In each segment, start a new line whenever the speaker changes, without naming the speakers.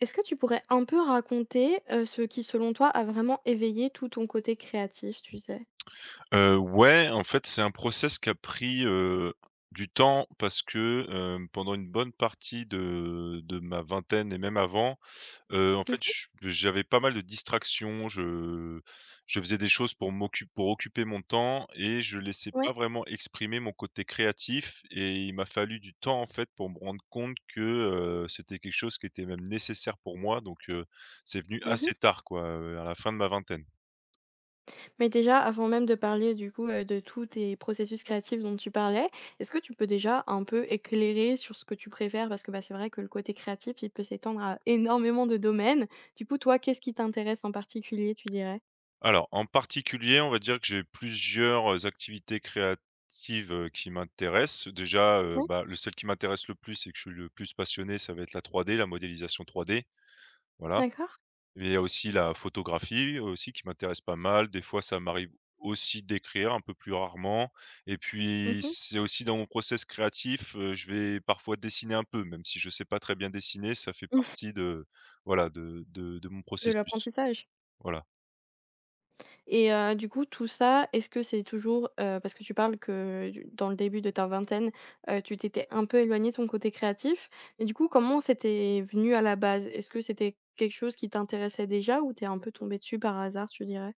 Est-ce que tu pourrais un peu raconter, ce qui selon toi a vraiment éveillé tout ton côté créatif, tu sais?
Ouais, en fait, c'est un process qui a pris, du temps parce que, pendant une bonne partie de ma vingtaine et même avant, en
Mmh,
fait, je j'avais pas mal de distractions. Je faisais des choses pour m'occuper, pour occuper mon temps et je laissais pas
ouais.
vraiment exprimer mon côté créatif et il m'a fallu du temps, en fait, pour me rendre compte que, c'était quelque chose qui était même nécessaire pour moi donc c'est venu
Mmh.
assez tard, quoi, à la fin de ma vingtaine.
Mais déjà, avant même de parler du coup, de tous tes processus créatifs dont tu parlais, est-ce que tu peux déjà un peu éclairer sur ce que tu préfères? Parce que, bah, c'est vrai que le côté créatif, il peut s'étendre à énormément de domaines. Du coup, toi, qu'est-ce qui t'intéresse en particulier, tu dirais?
Alors, en particulier, on va dire que j'ai plusieurs activités créatives, qui m'intéressent. Déjà,
Oui,
bah, le celle qui m'intéresse le plus et que je suis le plus passionné, ça va être la 3D, la modélisation 3D, voilà.
d'accord.
Mais il y a aussi la photographie, aussi, qui m'intéresse pas mal. Des fois, ça m'arrive aussi d'écrire, un peu plus rarement. Et puis,
Mmh.
c'est aussi dans mon process créatif, je vais parfois dessiner un peu, même si je sais pas très bien dessiner, ça fait partie de, voilà, de mon
De
processus,
l'apprentissage.
voilà.
Et du coup, tout ça, est-ce que c'est toujours, parce que tu parles que du dans le début de ta vingtaine, tu t'étais un peu éloigné de ton côté créatif. Et du coup, comment c'était venu à la base? Est-ce que c'était quelque chose qui t'intéressait déjà ou t'es un peu tombé dessus par hasard, tu dirais?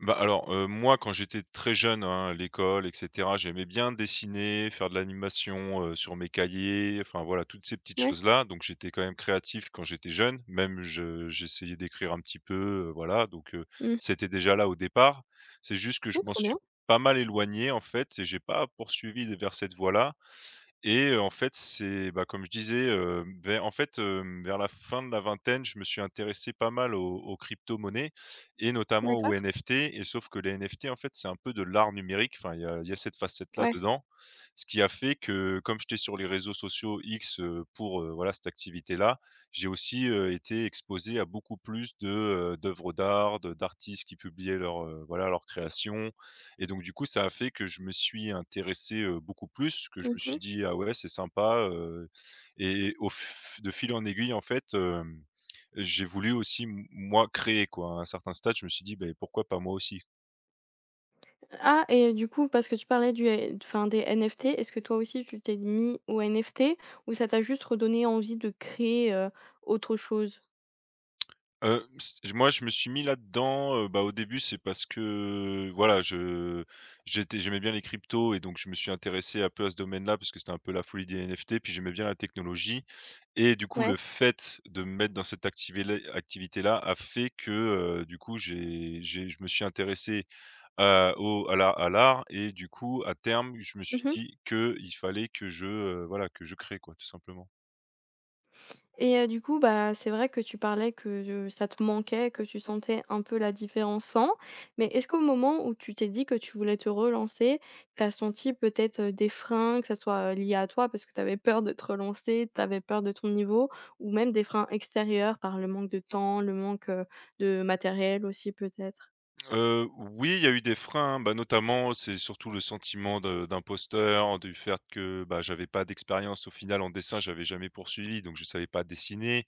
Bah, alors, moi, quand j'étais très jeune, hein, à l'école et cetera, j'aimais bien dessiner, faire de l'animation, sur mes cahiers, enfin, voilà, toutes ces petites
Ouais.
choses-là. Donc j'étais quand même créatif quand j'étais jeune, même je j'essayais d'écrire un petit peu, voilà, donc
Mmh
c'était déjà là au départ. C'est juste que je
mh,
m'en
trop
suis
bien.
pas mal éloigné, en fait, et j'ai pas poursuivi vers cette voie-là et en fait, c'est, bah, comme je disais, hem, vers en fait, vers la fin de la vingtaine, je me suis intéressé pas mal aux monnaies et notamment aux
D'accord.
NFT, et sauf que les NFT, en fait, c'est un peu de l'art numérique. Enfin, il y a cette facette-là
Ouais.
dedans. Ce qui a fait que, comme j'étais sur les réseaux sociaux X, pour, voilà, cette activité-là, j'ai aussi, été exposé à beaucoup plus de, d'œuvres d'art, de d'artistes qui publiaient leurs, voilà, leurs créations, et donc du coup, ça a fait que je me suis intéressé, beaucoup plus, que je me suis
Mmh.
dit: «Ah ouais, c'est sympa», et au f de fil en aiguille, en fait, j'ai voulu aussi m moi créer, quoi. À un certain stade, je me suis dit: «ben pourquoi pas moi aussi?»
Ah et du coup, parce que tu parlais du enfin des NFT, est-ce que toi aussi tu t'es mis aux NFT ou ça t'a juste redonné envie de créer, autre chose?
S Moi, je me suis mis là-dedans, bah, au début, c'est parce que, voilà, je j'étais j'aimais bien les cryptos et donc je me suis intéressé un peu à ce domaine-là parce que c'était un peu la folie des NFT, puis j'aimais bien la technologie et du coup,
Ouais.
le fait de me mettre dans cette activé activité-là a fait que, du coup, j'ai je me suis intéressé à l'art et du coup, à terme, je me suis
Mmh.
dit que il fallait que je, voilà, que je crée, quoi, tout simplement.
Et du coup, bah, c'est vrai que tu parlais que, ça te manquait, que tu sentais un peu la différence sans. Mais est-ce qu'au moment où tu t'es dit que tu voulais te relancer, tu as senti peut-être, des freins, que ça soit, lié à toi parce que tu avais peur de te relancer, tu avais peur de ton niveau ou même des freins extérieurs par le manque de temps, le manque, de matériel aussi peut-être?
Oui, il y a eu des freins, hein. Bah, notamment, c'est surtout le sentiment de d'imposteur, du fait que, bah, j'avais pas d'expérience au final en dessin, j'avais jamais poursuivi, donc je savais pas dessiner.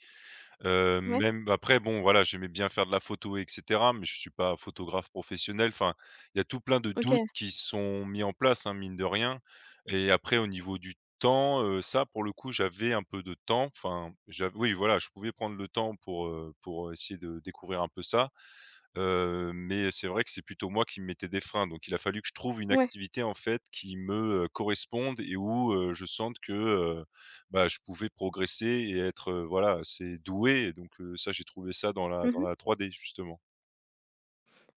Ouais,
Même après bon, voilà, j'aimais bien faire de la photo et cetera, mais je suis pas photographe professionnel. Enfin, il y a tout plein de
OK,
doutes qui sont mis en place, hein, mine de rien, et après au niveau du temps, ça pour le coup, j'avais un peu de temps. Enfin, j'av oui, voilà, je pouvais prendre le temps pour essayer de découvrir un peu ça. Mais c'est vrai que c'est plutôt moi qui me mettais des freins, donc il a fallu que je trouve une
ouais.
activité, en fait, qui me, corresponde et où, je sente que, bah, je pouvais progresser et être, voilà, assez doué, et donc ça, j'ai trouvé ça dans
Mmh.
la trois d justement.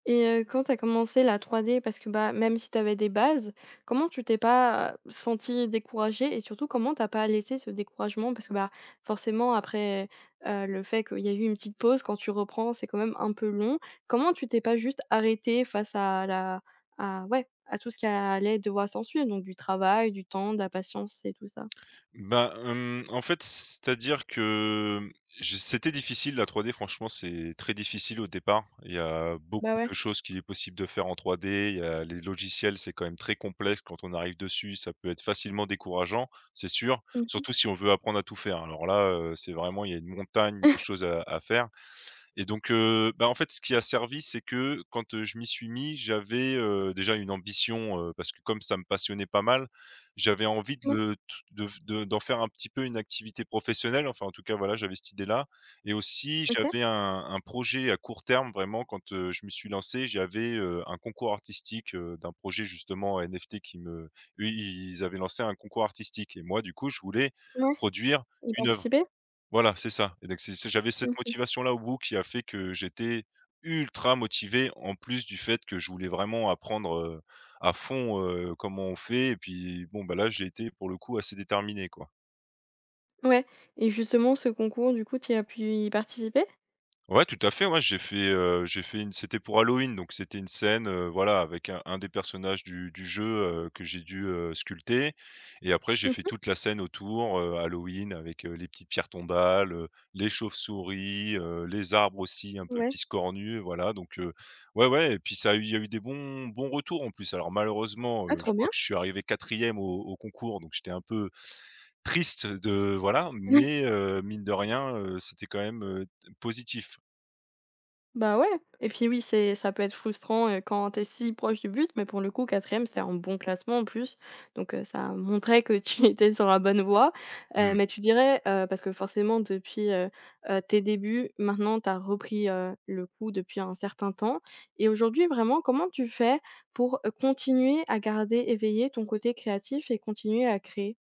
Et quand tu as commencé la 3D parce que, bah, même si tu avais des bases, comment tu t'es pas senti découragée et surtout comment t'as pas laissé ce découragement? Parce que, bah, forcément après, le fait qu'il y a eu une petite pause, quand tu reprends, c'est quand même un peu long. Comment tu t'es pas juste arrêtée face à la à ouais, à tout ce qui allait devoir s'ensuivre, donc du travail, du temps, de la patience et tout ça?
Bah, hem, en fait, c'est-à-dire que, je c'était difficile la 3D franchement, c'est très difficile au départ. Il y a
Bah,
beaucoup
ouais.
de choses qu'il est possible de faire en 3D. Il y a les logiciels, c'est quand même très complexe quand on arrive dessus, ça peut être facilement décourageant, c'est sûr,
Mmh.
surtout si on veut apprendre à tout faire. Alors là, c'est vraiment il y a une montagne de choses à faire. Et donc, bah, en fait, ce qui a servi, c'est que quand, je m'y suis mis, j'avais, déjà une ambition, parce que comme ça me passionnait pas mal, j'avais envie de
Ouais.
le de d'en faire un petit peu une activité professionnelle. Enfin, en tout cas, voilà, j'avais cette idée-là, et aussi
OK.
j'avais un projet à court terme vraiment. Quand, je me suis lancé, j'avais, un concours artistique, d'un projet justement NFT qui me eux, ils avaient lancé un concours artistique et moi, du coup, je voulais
Ouais.
produire
Y
une œuvre.
participer?
Voilà, c'est ça, et donc c'est j'avais cette
Mmh.
motivation-là au bout qui a fait que j'étais ultra motivé, en plus du fait que je voulais vraiment apprendre, à fond, comment on fait, et puis bon, bah, là, j'ai été pour le coup assez déterminé, quoi.
Ouais et justement ce concours du coup, tu as pu y participer?
Ouais, tout à fait, ouais, j'ai fait une, c'était pour Halloween, donc c'était une scène, voilà, avec un des personnages du jeu, que j'ai dû, sculpter, et après j'ai fait
Mmh.
toute la scène autour, Halloween avec, les petites pierres tombales, les chauves-souris, les arbres aussi un peu
Ouais.
piscornus, voilà donc ouais, ouais. Et puis ça a eu il y a eu des bons retours en plus. Alors malheureusement,
Ah
je
trop
crois
bien.
que je suis arrivé 4e au concours, donc j'étais un peu triste de voilà, mais mine de rien, c'était quand même, positif.
Bah, ouais et puis oui, c'est ça peut être frustrant, quand t'es si proche du but, mais pour le coup quatrième, c'était un bon classement en plus, donc ça montrait que tu étais sur la bonne voie, heu,
Mmh.
mais tu dirais, parce que forcément depuis, tes débuts, maintenant t'as repris, le coup depuis un certain temps et aujourd'hui vraiment, comment tu fais pour, continuer à garder éveillé ton côté créatif et continuer à créer?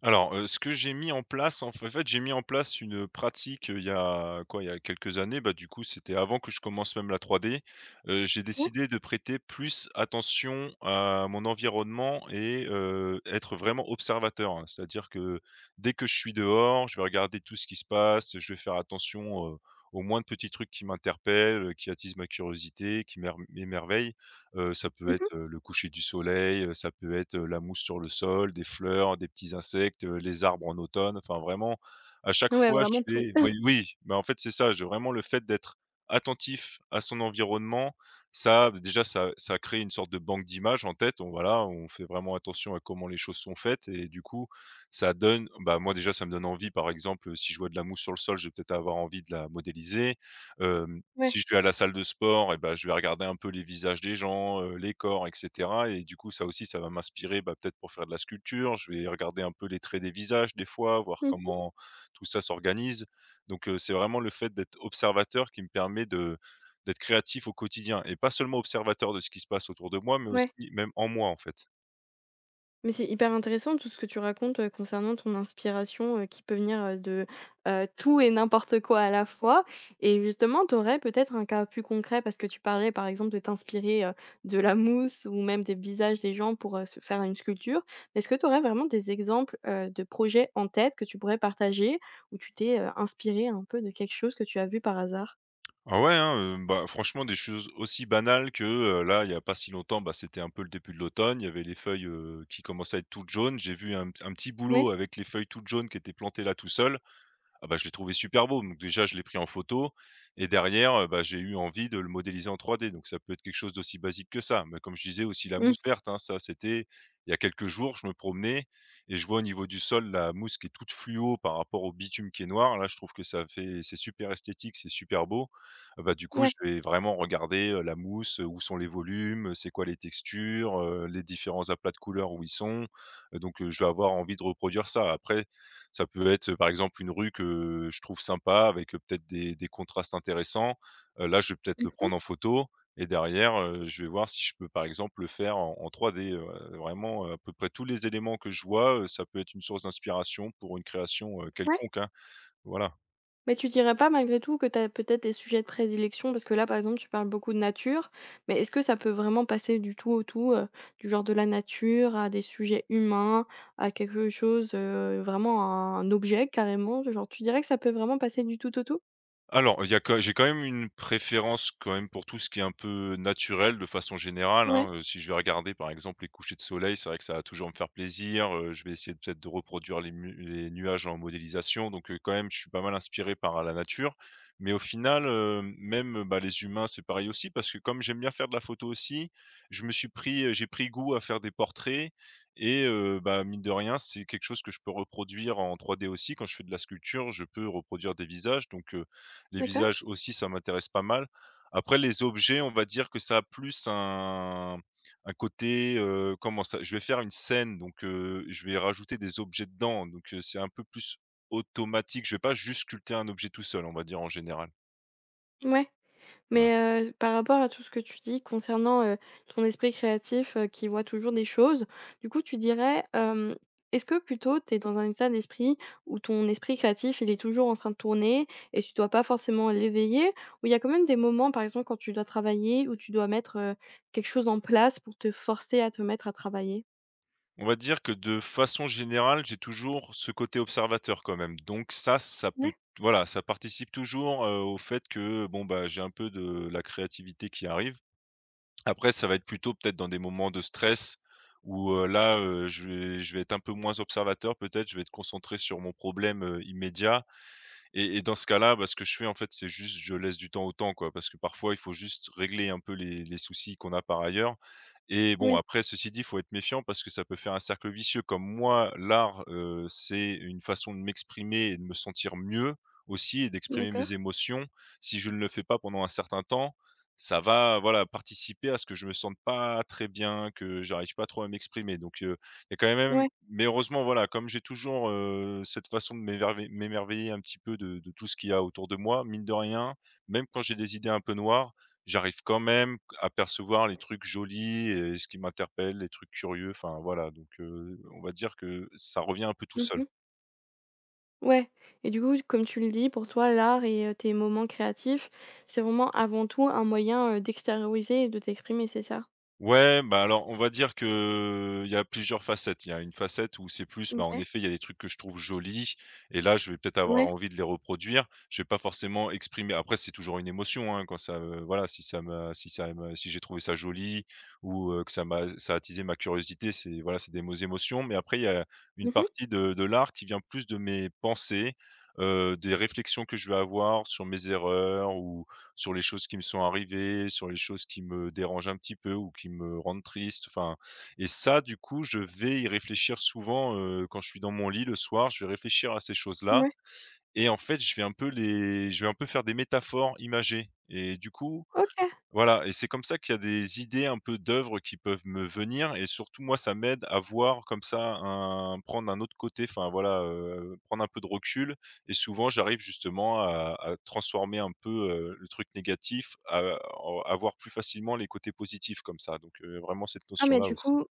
Alors, ce que j'ai mis en place, en f fait, j'ai mis en place une pratique, il y a quoi? Il y a quelques années, bah, du coup, c'était avant que je commence même la 3D. J'ai
Ouais.
décidé de prêter plus attention à mon environnement et être vraiment observateur, hein. C'est-à-dire que dès que je suis dehors, je vais regarder tout ce qui se passe, je vais faire attention, aux moindres petits trucs qui m'interpellent, qui attisent ma curiosité, qui m'émerveillent. Ça peut
Mmh.
être, le coucher du soleil, ça peut être, la mousse sur le sol, des fleurs, des petits insectes, les arbres en automne. Enfin vraiment, à chaque
Ouais,
fois je
vraiment tout.
fais oui, oui, mais en fait c'est ça, j'ai vraiment le fait d'être attentif à son environnement, ça, déjà ça ça crée une sorte de banque d'images en tête. On voilà, on fait vraiment attention à comment les choses sont faites et du coup, ça donne bah, moi déjà ça me donne envie. Par exemple, si je vois de la mousse sur le sol, je vais peut-être avoir envie de la modéliser. Hem,
Ouais.
si je vais à la salle de sport et ben je vais regarder un peu les visages des gens, les corps et cetera, et du coup, ça aussi, ça va m'inspirer, bah, peut-être pour faire de la sculpture. Je vais regarder un peu les traits des visages des fois, voir
Mmh.
comment tout ça s'organise. Donc c'est vraiment le fait d'être observateur qui me permet de d'être créatif au quotidien, et pas seulement observateur de ce qui se passe autour de moi, mais aussi
Ouais.
même en moi, en fait.
Mais c'est hyper intéressant tout ce que tu racontes, concernant ton inspiration, qui peut venir, de tout et n'importe quoi à la fois et justement, tu aurais peut-être un cas plus concret parce que tu parlais, par exemple, de t'inspirer, de la mousse ou même des visages des gens pour, se faire une sculpture. Est-ce que tu aurais vraiment des exemples, de projets en tête que tu pourrais partager où tu t'es, inspirée un peu de quelque chose que tu as vu par hasard?
Ah ouais, hein, bah, franchement des choses aussi banales que, là, il y a pas si longtemps, bah, c'était un peu le début de l'automne, il y avait les feuilles, qui commençaient à être toutes jaunes. J'ai vu un petit
Ouais.
boulot avec les feuilles toutes jaunes qui étaient plantées là tout seul. Ah bah, je l'ai trouvé super beau, donc déjà je l'ai pris en photo, et derrière, bah, j'ai eu envie de le modéliser en 3D, donc ça peut être quelque chose d'aussi basique que ça. Mais comme je disais aussi la
Mmh.
mousse verte, hein, ça c'était il y a quelques jours, je me promenais et je vois au niveau du sol la mousse qui est toute fluo par rapport au bitume qui est noir. Là, je trouve que ça fait c'est super esthétique, c'est super beau. Ah bah, du coup, je
Ouais.
vais vraiment regarder, la mousse, où sont les volumes, c'est quoi les textures, les différents aplats de couleurs où ils sont, donc je vais avoir envie de reproduire ça. Après ça peut être, par exemple, une rue que je trouve sympa avec, peut-être des contrastes intéressants. Là, je vais peut-être le
Mmh.
prendre en photo et derrière, je vais voir si je peux, par exemple, le faire en 3D, vraiment, à peu près tous les éléments que je vois, ça peut être une source d'inspiration pour une création,
Ouais.
quelconque, hein. Voilà.
Mais tu dirais pas malgré tout que tu as peut-être des sujets de prédilection? Parce que là, par exemple, tu parles beaucoup de nature, mais est-ce que ça peut vraiment passer du tout au tout, du genre de la nature à des sujets humains, à quelque chose, vraiment un objet carrément? Genre, tu dirais que ça peut vraiment passer du tout au tout?
Alors, il y a quand j'ai quand même une préférence quand même pour tout ce qui est un peu naturel de façon générale,
Ouais,
hein, si je vais regarder par exemple les couchers de soleil, c'est vrai que ça va toujours me faire plaisir, je vais essayer de peut-être de reproduire les nuages en modélisation donc quand même je suis pas mal inspiré par la nature. Mais au final, même, bah, les humains c'est pareil aussi parce que comme j'aime bien faire de la photo aussi, je me suis pris, j'ai pris goût à faire des portraits et bah, mine de rien, c'est quelque chose que je peux reproduire en 3D aussi. Quand je fais de la sculpture, je peux reproduire des visages donc les
d'accord.
visages aussi, ça m'intéresse pas mal. Après les objets, on va dire que ça a plus un côté, comment ça? Je vais faire une scène, donc je vais rajouter des objets dedans, donc c'est un peu plus automatique. Je vais pas juste sculpter un objet tout seul, on va dire en général,
Ouais.
voilà.
Mais, par rapport à tout ce que tu dis concernant, ton esprit créatif, qui voit toujours des choses, du coup, tu dirais, est-ce que plutôt tu es dans un état d'esprit où ton esprit créatif, il est toujours en train de tourner et tu dois pas forcément l'éveiller? Ou il y a quand même des moments, par exemple, quand tu dois travailler, où tu dois mettre, quelque chose en place pour te forcer à te mettre à travailler?
On va dire que de façon générale, j'ai toujours ce côté observateur quand même, donc ça peut
Ouais,
voilà, ça participe toujours, au fait que, bon, bah, j'ai un peu de la créativité qui arrive. Après, ça va être plutôt peut-être dans des moments de stress où, là, je vais être un peu moins observateur peut-être, je vais être concentré sur mon problème, immédiat et dans ce cas-là, bah, ce que je fais, en fait, c'est juste je laisse du temps au temps, quoi, parce que parfois, il faut juste régler un peu les soucis qu'on a par ailleurs et bon,
oui,
après, ceci dit, il faut être méfiant parce que ça peut faire un cercle vicieux. Comme moi, l'art, c'est une façon de m'exprimer et de me sentir mieux aussi et d'exprimer mes
d'accord,
émotions. Si je ne le fais pas pendant un certain temps, ça va, voilà, participer à ce que je me sente pas très bien, que j'arrive pas trop à m'exprimer. Donc il y a quand même
ouais.
mais heureusement, voilà, comme j'ai toujours, cette façon de m'émerveiller un petit peu de tout ce qu'il y a autour de moi, mine de rien, même quand j'ai des idées un peu noires, j'arrive quand même à percevoir les trucs jolis et ce qui m'interpelle, les trucs curieux, enfin voilà, donc on va dire que ça revient un peu tout seul.
Mmh. Ouais et du coup, comme tu le dis, pour toi, l'art et tes moments créatifs, c'est vraiment avant tout un moyen, d'extérioriser et de t'exprimer, c'est ça?
Ouais, bah, alors, on va dire que il y a plusieurs facettes. Il y a une facette où c'est plus, bah, en
OK.
effet, il y a des trucs que je trouve jolis et là, je vais peut-être avoir
Ouais.
envie de les reproduire. Je vais pas forcément exprimer après, c'est toujours une émotion, hein, quand ça, voilà, si j'ai trouvé ça joli ou, que ça m'a ça a attisé ma curiosité, c'est voilà, c'est des mots émotions. Mais après, il y a une
Mmh.
partie de l'art qui vient plus de mes pensées, des réflexions que je vais avoir sur mes erreurs ou sur les choses qui me sont arrivées, sur les choses qui me dérangent un petit peu ou qui me rendent triste, enfin et ça, du coup, je vais y réfléchir souvent, quand je suis dans mon lit le soir, je vais réfléchir à ces choses-là
Ouais.
et en fait, je vais un peu faire des métaphores imagées et du coup,
OK.
voilà et c'est comme ça qu'il y a des idées un peu d'œuvres qui peuvent me venir et surtout moi ça m'aide à voir comme ça un prendre un autre côté, enfin voilà, prendre un peu de recul et souvent j'arrive justement à transformer un peu, le truc négatif, à voir plus facilement les côtés positifs comme ça donc vraiment cette
Ah mais
notion-là
du
aussi.
coup,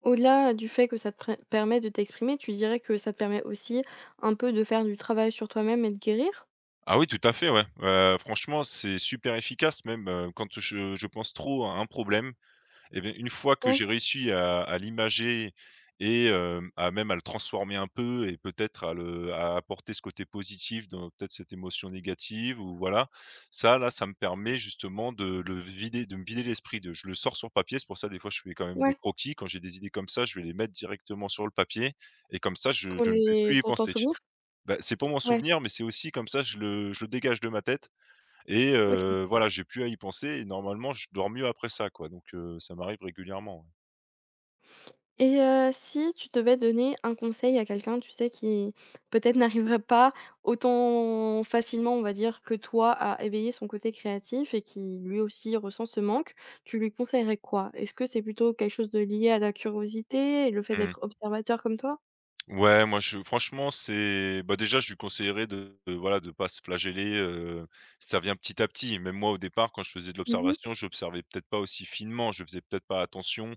au-delà du fait que ça te pré permet de t'exprimer, tu dirais que ça te permet aussi un peu de faire du travail sur toi-même et de guérir?
Ah oui tout à fait ouais, franchement c'est super efficace même, quand je pense trop à un problème. Et bien une fois que
Ouais,
j'ai réussi à l'imager et à le transformer un peu et peut-être à apporter ce côté positif dans peut-être cette émotion négative ou voilà, ça me permet justement de me vider l'esprit de je le sors sur papier. C'est pour ça des fois je fais quand même des
ouais.
croquis. Quand j'ai des idées comme ça, je vais les mettre directement sur le papier et comme ça je
Pour
je ne vais plus
les
y
pour t'en
penser.
souvenir?
Bah, c'est pour mon
Ouais.
souvenir, mais c'est aussi comme ça je le dégage de ma tête et
OK.
voilà, j'ai plus à y penser et normalement, je dors mieux après ça, quoi, donc ça m'arrive régulièrement, ouais.
Et si tu devais donner un conseil à quelqu'un, tu sais, qui peut-être n'arriverait pas autant facilement, on va dire, que toi à éveiller son côté créatif et qui lui aussi ressent ce manque, tu lui conseillerais quoi? Est-ce que c'est plutôt quelque chose de lié à la curiosité et le fait
Mmh.
d'être observateur comme toi?
Ouais, moi, je franchement, c'est bah, déjà, je lui conseillerais voilà, de pas se flageller, ça vient petit à petit. Même moi, au départ, quand je faisais de
Mmh mh.
l'observation, j'observais peut-être pas aussi finement, je faisais peut-être pas attention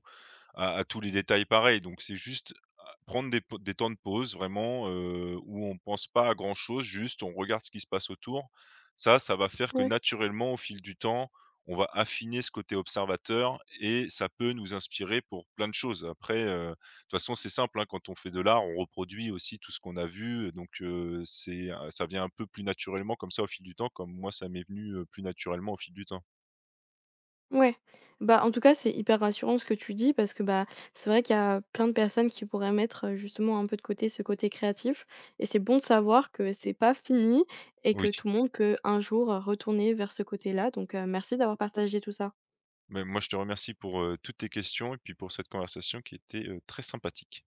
à tous les détails pareils. Donc c'est juste à prendre des temps de pause vraiment, où on pense pas à grand chose, juste on regarde ce qui se passe autour. Ça va faire que
Ouais.
naturellement, au fil du temps, on va affiner ce côté observateur et ça peut nous inspirer pour plein de choses. Après, de toute façon, c'est simple, hein, quand on fait de l'art, on reproduit aussi tout ce qu'on a vu, donc c'est, ça vient un peu plus naturellement comme ça au fil du temps, comme moi ça m'est venu, plus naturellement au fil du temps.
Ouais. Bah, en tout cas, c'est hyper rassurant ce que tu dis parce que, bah, c'est vrai qu'il y a plein de personnes qui pourraient mettre, justement un peu de côté ce côté créatif et c'est bon de savoir que c'est pas fini et que
Oui.
tout le monde peut un jour, retourner vers ce côté-là donc, merci d'avoir partagé tout ça.
Mais moi, je te remercie pour, toutes tes questions et puis pour cette conversation qui était, très sympathique.